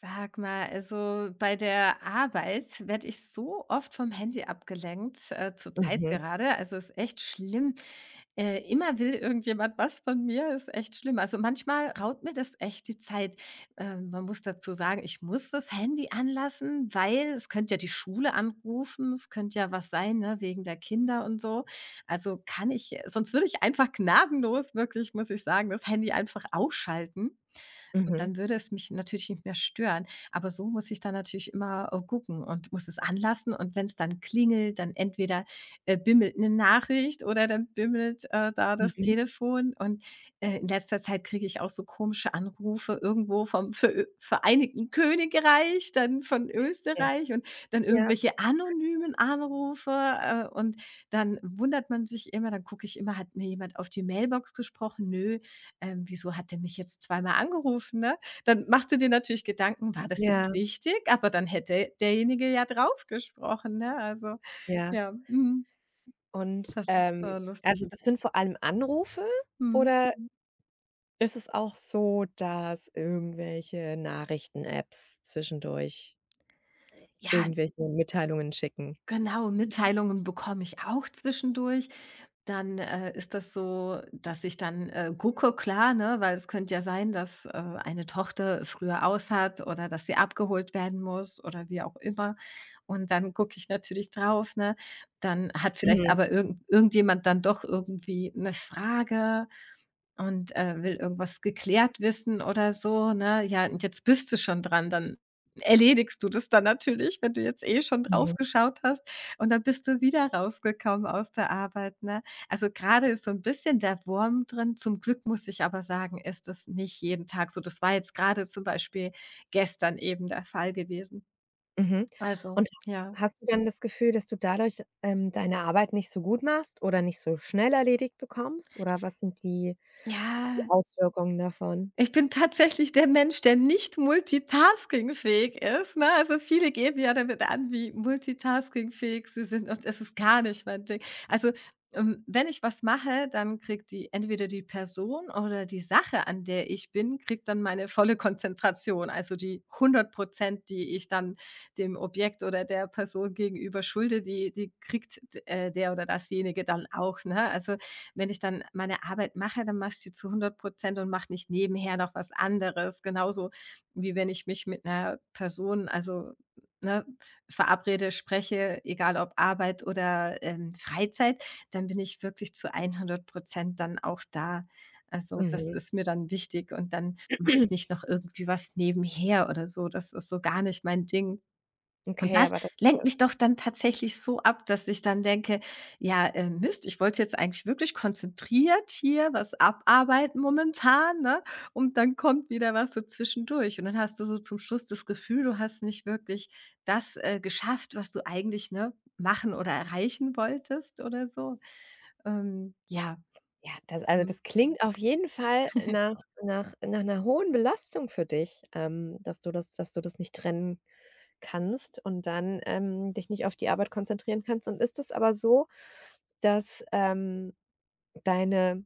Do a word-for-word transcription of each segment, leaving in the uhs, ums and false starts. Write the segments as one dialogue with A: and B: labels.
A: Sag mal, also bei der Arbeit werde ich so oft vom Handy abgelenkt, äh, zurzeit
B: Mhm,
A: gerade. Also ist echt schlimm. Äh, immer will irgendjemand was von mir, ist echt schlimm. Also manchmal raut mir das echt die Zeit. Äh, man muss dazu sagen, ich muss das Handy anlassen, weil es könnte ja die Schule anrufen, es könnte ja was sein, ne, wegen der Kinder und so. Also kann ich, sonst würde ich einfach gnadenlos, wirklich, muss ich sagen, das Handy einfach ausschalten. Und
B: mhm,
A: dann würde es mich natürlich nicht mehr stören. Aber so muss ich dann natürlich immer, äh, gucken und muss es anlassen. Und wenn es dann klingelt, dann entweder, äh, bimmelt eine Nachricht oder dann bimmelt, äh, da das
B: mhm.
A: Telefon. Und, äh, in letzter Zeit kriege ich auch so komische Anrufe irgendwo vom Verö Vereinigten Königreich, dann von
B: Ja.
A: Österreich und dann
B: Ja,
A: irgendwelche anonymen Anrufe, äh, und dann wundert man sich immer, dann gucke ich immer: „Hat mir jemand auf die Mailbox gesprochen?" Nö ähm, Wieso hat der mich jetzt zweimal angerufen, ne? Dann machst du dir natürlich Gedanken, war das
B: ja,
A: jetzt wichtig? Aber dann hätte derjenige ja drauf gesprochen, ne? Also,
B: ja.
A: ja, mhm.
B: Und,
A: Das ist,
B: ähm,
A: äh, lustig.
B: also, das sind vor allem Anrufe
A: Mhm.
B: oder. Mhm. Ist es auch so, dass irgendwelche Nachrichten-Apps zwischendurch
A: Ja,
B: irgendwelche Mitteilungen schicken?
A: Genau, Mitteilungen bekomme ich auch zwischendurch. Dann, äh, ist das so, dass ich dann, äh, gucke, klar, ne, weil es könnte ja sein, dass, äh, eine Tochter früher aus hat oder dass sie abgeholt werden muss oder wie auch immer. Und dann gucke ich natürlich drauf, ne? Dann hat vielleicht
B: Mhm,
A: aber irgend irgendjemand dann doch irgendwie eine Frage und, äh, will irgendwas geklärt wissen oder so, ne? Ja, und jetzt bist du schon dran, dann erledigst du das dann natürlich, wenn du jetzt eh schon drauf
B: mhm,
A: geschaut hast und dann bist du wieder rausgekommen aus der Arbeit, ne? Also, gerade ist so ein bisschen der Wurm drin. Zum Glück muss ich aber sagen, ist das nicht jeden Tag so. Das war jetzt gerade zum Beispiel gestern eben der Fall gewesen.
B: mhm.
A: Also,
B: Und
A: ja.
B: hast du dann das Gefühl, dass du dadurch, ähm, deine Arbeit nicht so gut machst oder nicht so schnell erledigt bekommst oder was sind die die
A: Ja.
B: Auswirkungen davon?
A: Ich bin tatsächlich der Mensch, der nicht multitaskingfähig ist, ne? Also, viele geben ja damit an, wie multitaskingfähig sie sind und es ist gar nicht mein Ding. Also, ähm, wenn ich was mache, dann kriegt die entweder die Person oder die Sache, an der ich bin, kriegt dann meine volle Konzentration, also die hundert Prozent, die ich dann dem Objekt oder der Person gegenüber schulde, die die kriegt äh, der oder dasjenige dann auch, ne? Also, wenn ich dann meine Arbeit mache, dann mache ich sie zu hundert Prozent und mache nicht nebenher noch was anderes. Genauso wie wenn ich mich mit einer Person, also, ne, verabrede, spreche, egal ob Arbeit oder, ähm, Freizeit, dann bin ich wirklich zu hundert Prozent dann auch da. Also, das
B: Mhm.
A: ist mir dann wichtig und dann mache ich nicht noch irgendwie was nebenher oder so. Das ist so gar nicht mein Ding. Und
B: Okay,
A: das
B: aber das
A: lenkt
B: äh,
A: mich doch dann tatsächlich so ab, dass ich dann denke: „Ja, äh, Mist, ich wollte jetzt eigentlich wirklich konzentriert hier was abarbeiten momentan", ne? Und dann kommt wieder was so zwischendurch. Und dann hast du so zum Schluss das Gefühl, du hast nicht wirklich das, äh, geschafft, was du eigentlich, ne, machen oder erreichen wolltest oder so. Ähm, ja,
B: Ja, das also,
A: mhm.
B: das klingt auf jeden Fall nach nach nach einer hohen Belastung für dich, ähm, dass du das dass du das nicht trennen kannst und dann, ähm, dich nicht auf die Arbeit konzentrieren kannst. Und ist es aber so, dass, ähm, deine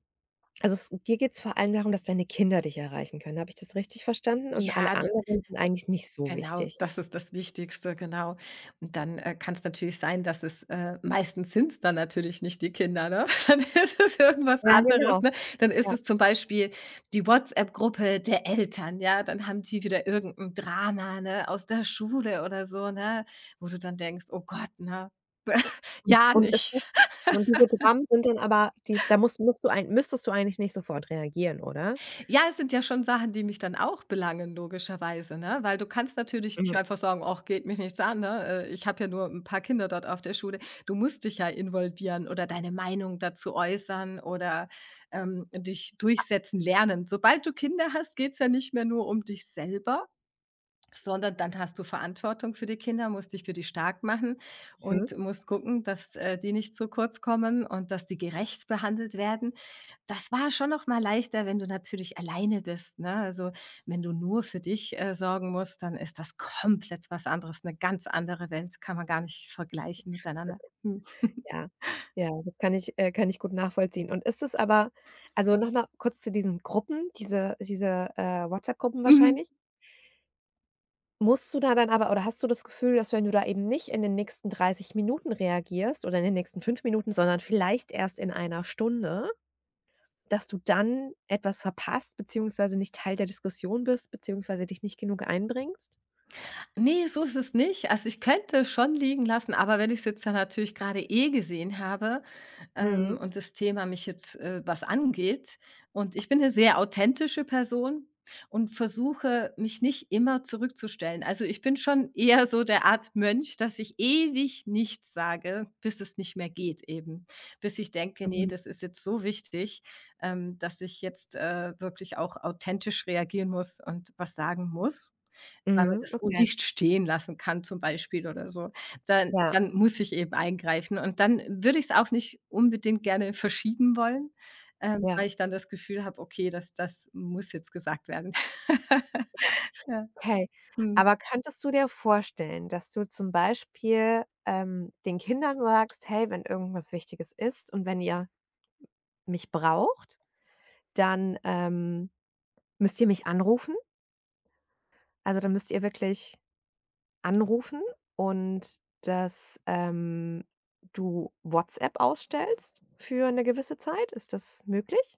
B: also, es dir geht es vor allem darum, dass deine Kinder dich erreichen können. Habe ich das richtig verstanden? Und alle
A: Ja,
B: anderen sind eigentlich nicht so
A: Genau,
B: wichtig?
A: das ist das Wichtigste, genau. Und dann, äh, kann es natürlich sein, dass es äh, meistens sind's dann natürlich nicht die Kinder, ne? Dann ist es irgendwas
B: Ja,
A: anderes,
B: genau,
A: ne? Dann ist
B: ja.
A: es zum Beispiel die WhatsApp-Gruppe der Eltern, ja? Dann haben die wieder irgendein Drama, ne, aus der Schule oder so, ne, wo du dann denkst: „Oh Gott, ne?
B: Und
A: Ja
B: und ist
A: nicht."
B: das und diese Dramen sind dann aber, die da musst musst du ein müsstest du eigentlich nicht sofort reagieren, oder?
A: Ja, es sind ja schon Sachen, die mich dann auch belangen, logischerweise, ne? Weil du kannst natürlich nicht
B: Mhm,
A: einfach sagen: „Ach, geht mich nichts an, ne? Äh, ich habe ja nur ein paar Kinder dort auf der Schule." Du musst dich ja involvieren oder deine Meinung dazu äußern oder, ähm, dich durchsetzen lernen. Sobald du Kinder hast, geht's ja nicht mehr nur um dich selber, sondern dann hast du Verantwortung für die Kinder, musst dich für die stark machen
B: mhm.
A: und musst gucken, dass, äh, die nicht zu kurz kommen und dass die gerecht behandelt werden. Das war schon noch mal leichter, wenn du natürlich alleine bist, ne? Also, wenn du nur für dich, äh, sorgen musst, dann ist das komplett was anderes, eine ganz andere Welt, kann man gar nicht vergleichen miteinander. Mhm.
B: Ja, ja, das kann ich äh, kann ich gut nachvollziehen. Und ist es aber Also, nochmal kurz zu diesen Gruppen, diese diese, äh, WhatsApp-Gruppen
A: Mhm.
B: wahrscheinlich. Musst du da dann aber oder hast du das Gefühl, dass wenn du da eben nicht in den nächsten dreißig Minuten reagierst oder in den nächsten fünf Minuten, sondern vielleicht erst in einer Stunde, dass du dann etwas verpasst, beziehungsweise nicht Teil der Diskussion bist, beziehungsweise dich nicht genug einbringst?
A: Nee, so ist es nicht. Also, ich könnte es schon liegen lassen, aber wenn ich es jetzt dann natürlich gerade eh gesehen habe, ähm,
B: Mhm.
A: und das Thema mich jetzt, äh, was angeht und ich bin eine sehr authentische Person und versuche, mich nicht immer zurückzustellen. Also, ich bin schon eher so der Art Mönch, dass ich ewig nichts sage, bis es nicht mehr geht eben. Bis ich denke: nee,
B: Mhm.
A: das ist jetzt so wichtig, ähm, dass ich jetzt, äh, wirklich auch authentisch reagieren muss und was sagen muss." weil man
B: Mhm.
A: das so
B: Okay.
A: nicht stehen lassen kann zum Beispiel oder so. Dann
B: Ja,
A: dann muss ich eben eingreifen und dann würde ich's auch nicht unbedingt gerne verschieben wollen, ähm, weil
B: ja,
A: ich dann das Gefühl habe: „Okay, das das muss jetzt gesagt werden."
B: ja.
A: Ja,
B: Okay,
A: mhm.
B: aber könntest du dir vorstellen, dass du zum Beispiel, ähm, den Kindern sagst: „Hey, wenn irgendwas Wichtiges ist und wenn ihr mich braucht, dann, ähm, müsst ihr mich anrufen. Also, dann müsst ihr wirklich anrufen“ und dass, ähm, du WhatsApp ausstellst für eine gewisse Zeit. Ist das möglich?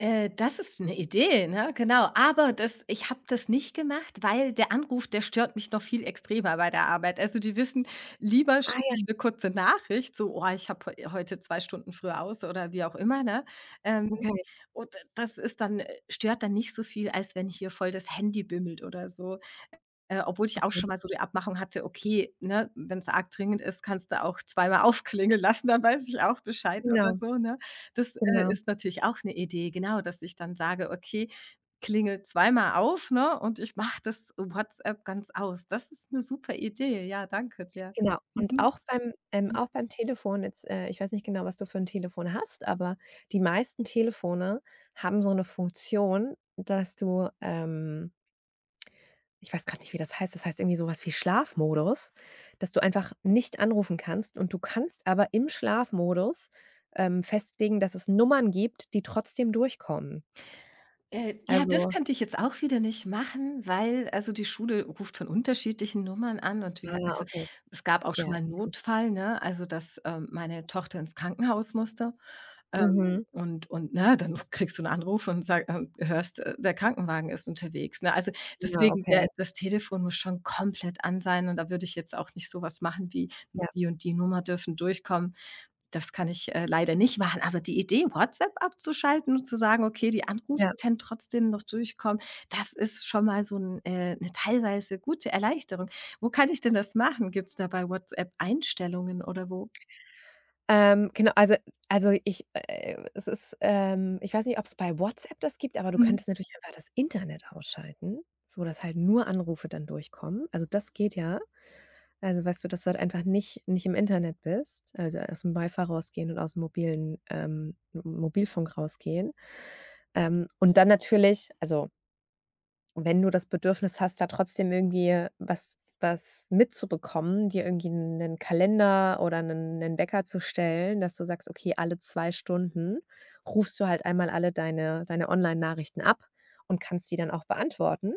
A: Äh, das ist 'ne Idee, ne? Genau. Aber das ich habe das nicht gemacht, weil der Anruf, der stört mich noch viel extremer bei der Arbeit. Also, die wissen, lieber
B: Ah
A: schicke ich
B: ja,
A: 'ne kurze Nachricht, so: „Oh, ich habe heu heute zwei Stunden früher aus" oder wie auch immer, ne? Ähm,
B: okay,
A: und das ist dann äh, stört dann nicht so viel, als wenn hier voll das Handy bimmelt oder so. Äh, obwohl ich auch
B: okay.
A: schon mal so die Abmachung hatte, okay, ne, wenn es arg dringend ist, kannst du auch zweimal aufklingeln lassen, dann weiß ich auch Bescheid oder
B: Genau,
A: so, ne? Das, äh,
B: genau.
A: ist natürlich auch eine Idee, genau, dass ich dann sage: „Okay, klingel zweimal auf, ne, und ich mache das WhatsApp ganz aus." Das ist eine super Idee. Ja, danke dir.
B: Genau. Und
A: Mhm.
B: auch beim ähm, auch beim Telefon jetzt, äh ich weiß nicht genau, was du für ein Telefon hast, aber die meisten Telefone haben so eine Funktion, dass du, ähm ich weiß gerade nicht, wie das heißt. Das heißt irgendwie sowas wie Schlafmodus, dass du einfach nicht anrufen kannst und du kannst aber im Schlafmodus, ähm, festlegen, dass es Nummern gibt, die trotzdem durchkommen.
A: Äh, ja, das
B: Also
A: könnte ich jetzt auch wieder nicht machen, weil also die Schule ruft von unterschiedlichen Nummern an und wir
B: ah,
A: also,
B: okay.
A: es gab auch
B: Ja,
A: schon mal 'n
B: okay.
A: Notfall, ne, also, dass, ähm, meine Tochter ins Krankenhaus musste, ähm,
B: Mhm.
A: und und, ne, dann kriegst du 'n Anruf und sag ähm, hörst, äh, der Krankenwagen ist unterwegs, ne? Also,
B: Ja,
A: deswegen
B: okay.
A: der das Telefon muss schon komplett an sein und da würde ich jetzt auch nicht so was machen wie nur
B: Ja.
A: die und die Nummer dürfen durchkommen. Das kann ich, äh, leider nicht machen, aber die Idee, WhatsApp abzuschalten und zu sagen: „Okay, die Anrufe
B: Ja.
A: können trotzdem noch durchkommen", das ist schon mal so 'n äh, 'ne teilweise gute Erleichterung. Wo kann ich denn das machen? Gibt's da bei WhatsApp Einstellungen oder wo?
B: Ähm, genau, also also ich äh, es ist, ähm ich weiß nicht, ob's bei WhatsApp das gibt, aber du
A: Mhm.
B: könntest natürlich einfach das Internet ausschalten, sodass halt nur Anrufe dann durchkommen. Also, das geht ja. Also, weißt du, dass du halt einfach nicht nicht im Internet bist, also aus'm fi rausgehen und aus'm mobilen ähm, M Mobilfunk rausgehen. Ähm, und dann natürlich also und wenn du das Bedürfnis hast, da trotzdem irgendwie was was mitzubekommen, dir irgendwie einen Kalender oder einen 'nen Wecker zu stellen, dass du sagst: „Okay, alle zwei Stunden rufst du halt einmal alle deine deine Online-Nachrichten ab und kannst die dann auch beantworten.“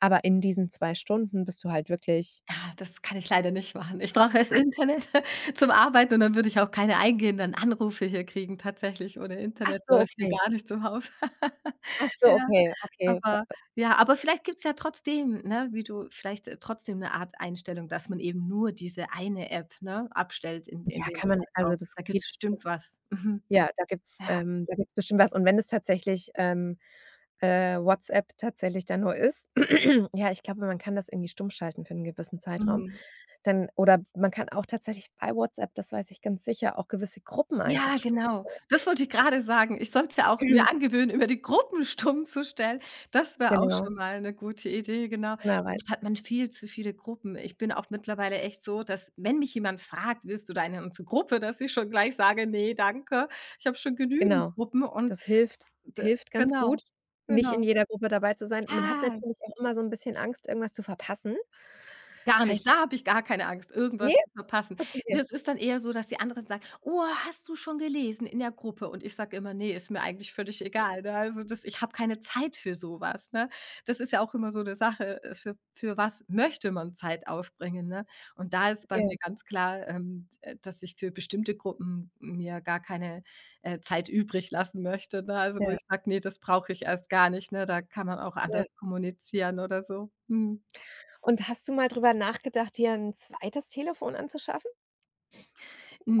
B: Aber in diesen zwei Stunden bist du halt wirklich.
A: Ah, das kann ich leider nicht machen. Ich brauche das Internet zum Arbeiten und dann würde ich auch keine eingehenden Anrufe hier kriegen. Tatsächlich, ohne
B: Ach
A: Internet
B: so,
A: läuft hier
B: okay.
A: gar nichts im Haus.
B: Ach so,
A: Ja.
B: okay, okay.
A: Aber
B: Ver
A: ja, aber vielleicht gibt's ja trotzdem, ne, wie du vielleicht, äh, trotzdem 'ne Art Einstellung, dass man eben nur diese eine App, ne, abstellt in in
B: ja,
A: dem
B: kann man
A: Zeitraum.
B: also, das
A: Da gibt's
B: geht.
A: bestimmt was. Mhm.
B: Ja, da gibt's
A: Ja.
B: ähm, da gibt's bestimmt was. Und wenn es tatsächlich, ähm, äh, WhatsApp tatsächlich dann nur ist. Ja, ich glaube, man kann das irgendwie stumm schalten für einen gewissen Zeitraum.
A: Mhm.
B: Dann oder man kann auch tatsächlich bei WhatsApp, das weiß ich ganz sicher, auch gewisse Gruppen einfach
A: Ja,
B: stumm.
A: genau. Das wollte ich grade sagen. Ich sollte ja auch mir angewöhnen, immer die Gruppen stumm zu stellen. Das wäre auch
B: Genau,
A: schon mal 'ne gute Idee, genau.
B: genau, weil
A: Oft hat man viel zu viele Gruppen. Ich bin auch mittlerweile echt so, dass wenn mich jemand fragt: „Willst du da in unsere Gruppe?", dass ich schon gleich sage: „Ne, danke. Ich habe schon genügend
B: genau.
A: Gruppen und"
B: Das hilft
A: D
B: hilft ganz
A: genau,
B: gut, nicht in
A: genau.
B: jeder Gruppe dabei zu sein. Man hat
A: Ja,
B: natürlich auch immer so ein bisschen Angst, irgendwas zu verpassen.
A: Gar
B: Kann
A: nicht, da
B: ich,
A: habe ich gar keine Angst, irgendwas
B: ne?
A: zu verpassen.
B: Okay.
A: Das ist dann eher so, dass die anderen sagen: „Oh, hast du schon gelesen in der Gruppe?" Und ich sage immer: „Ne, ist mir eigentlich völlig egal", ne? Also, das ich habe keine Zeit für so was, ne? Das ist ja auch immer so 'ne Sache, äh, für für was möchte man Zeit aufbringen, ne? Und da ist bei
B: Ja,
A: mir ganz klar, ähm, d dass ich für bestimmte Gruppen mir gar keine, äh, Zeit übrig lassen möchte, ne? Also, wo
B: ja,
A: ich sage: „Ne, das brauche ich erst gar nicht", ne? Da kann man auch
B: ja.
A: anders kommunizieren oder so. Mhm.
B: Und hast du mal drüber nachgedacht, dir 'n zweites Telefon anzuschaffen?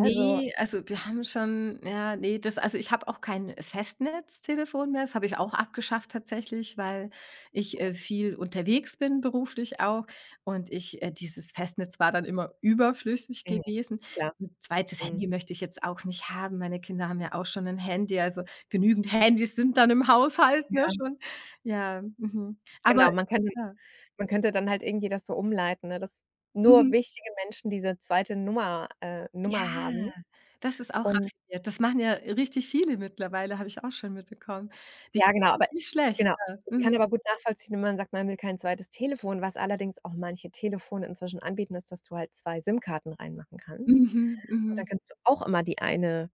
B: Also
A: also wir haben schon ja, ne, das also ich habe auch kein Festnetztelefon mehr. Das habe ich auch abgeschafft tatsächlich, weil ich, äh, viel unterwegs bin, beruflich auch und ich äh, dieses Festnetz war dann immer überflüssig
B: mhm,
A: gewesen.
B: klar.
A: Ein zweites
B: Mhm.
A: Handy möchte ich jetzt auch nicht haben. Meine Kinder haben ja auch schon ein Handy, also genügend Handys sind dann im Haushalt, ne,
B: Ja,
A: schon. Ja, mhm. Aber
B: genau. Man könnte
A: ja,
B: man könnte dann halt irgendwie das so umleiten, ne, dass nur
A: mhm.
B: wichtige Menschen diese zweite Nummer äh,
A: Ja,
B: Nummer haben.
A: das ist auch
B: Und
A: raffiniert. Das machen ja richtig viele mittlerweile, habe ich auch schon mitbekommen. Die
B: ja, genau,
A: sind
B: aber
A: nicht schlecht,
B: genau.
A: ja.
B: Ich kann
A: Mhm.
B: aber gut nachvollziehen, wenn man sagt, man will kein zweites Telefon. Was allerdings auch manche Telefone inzwischen anbieten, ist, dass du halt zwei SIM-Karten reinmachen kannst.
A: Mhm,
B: Und dann
A: mhm.
B: kannst du auch immer die eine,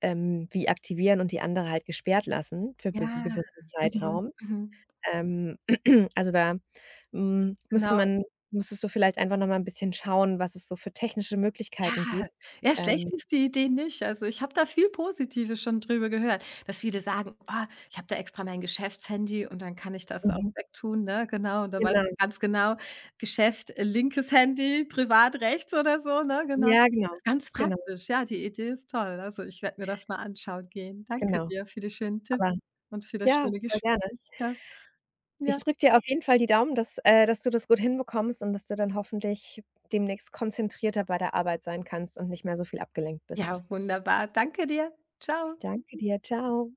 B: ähm, wie aktivieren und die andere halt gesperrt lassen für be
A: Ja.
B: gewissen
A: Mhm,
B: Zeitraum.
A: mhm.
B: Ähm, also, da, hm, müsste
A: Genau.
B: man müsstest du vielleicht einfach noch mal 'n bisschen schauen, was es so für technische Möglichkeiten
A: Ja,
B: gibt.
A: ja,
B: Ähm,
A: schlecht ist die Idee nicht. Also, ich habe da viel Positives schon drüber gehört, dass viele sagen: „Ah, ich habe da extra mein Geschäftshandy und dann kann ich das auch
B: mhm,
A: wegtun", ne? Genau, und dann weiß
B: genau.
A: ich ganz genau, Geschäft, äh, linkes Handy, privat rechts oder so, ne? Genau.
B: Ja,
A: Das
B: genau,
A: Ist ganz
B: genau,
A: praktisch. Ja, die Idee ist toll. Also, ich werde mir das mal anschauen gehen. Danke
B: genau.
A: dir für die schönen Tipps
B: Aber
A: und für das
B: ja,
A: schöne
B: voll
A: Gespräch,
B: gerne.
A: gell?
B: Ich
A: Ja.
B: drücke dir auf jeden Fall die Daumen, dass äh, dass du das gut hinbekommst und dass du dann hoffentlich demnächst konzentrierter bei der Arbeit sein kannst und nicht mehr so viel abgelenkt
A: Ja,
B: bist.
A: wunderbar. Danke dir. Ciao.
B: Danke dir. Ciao.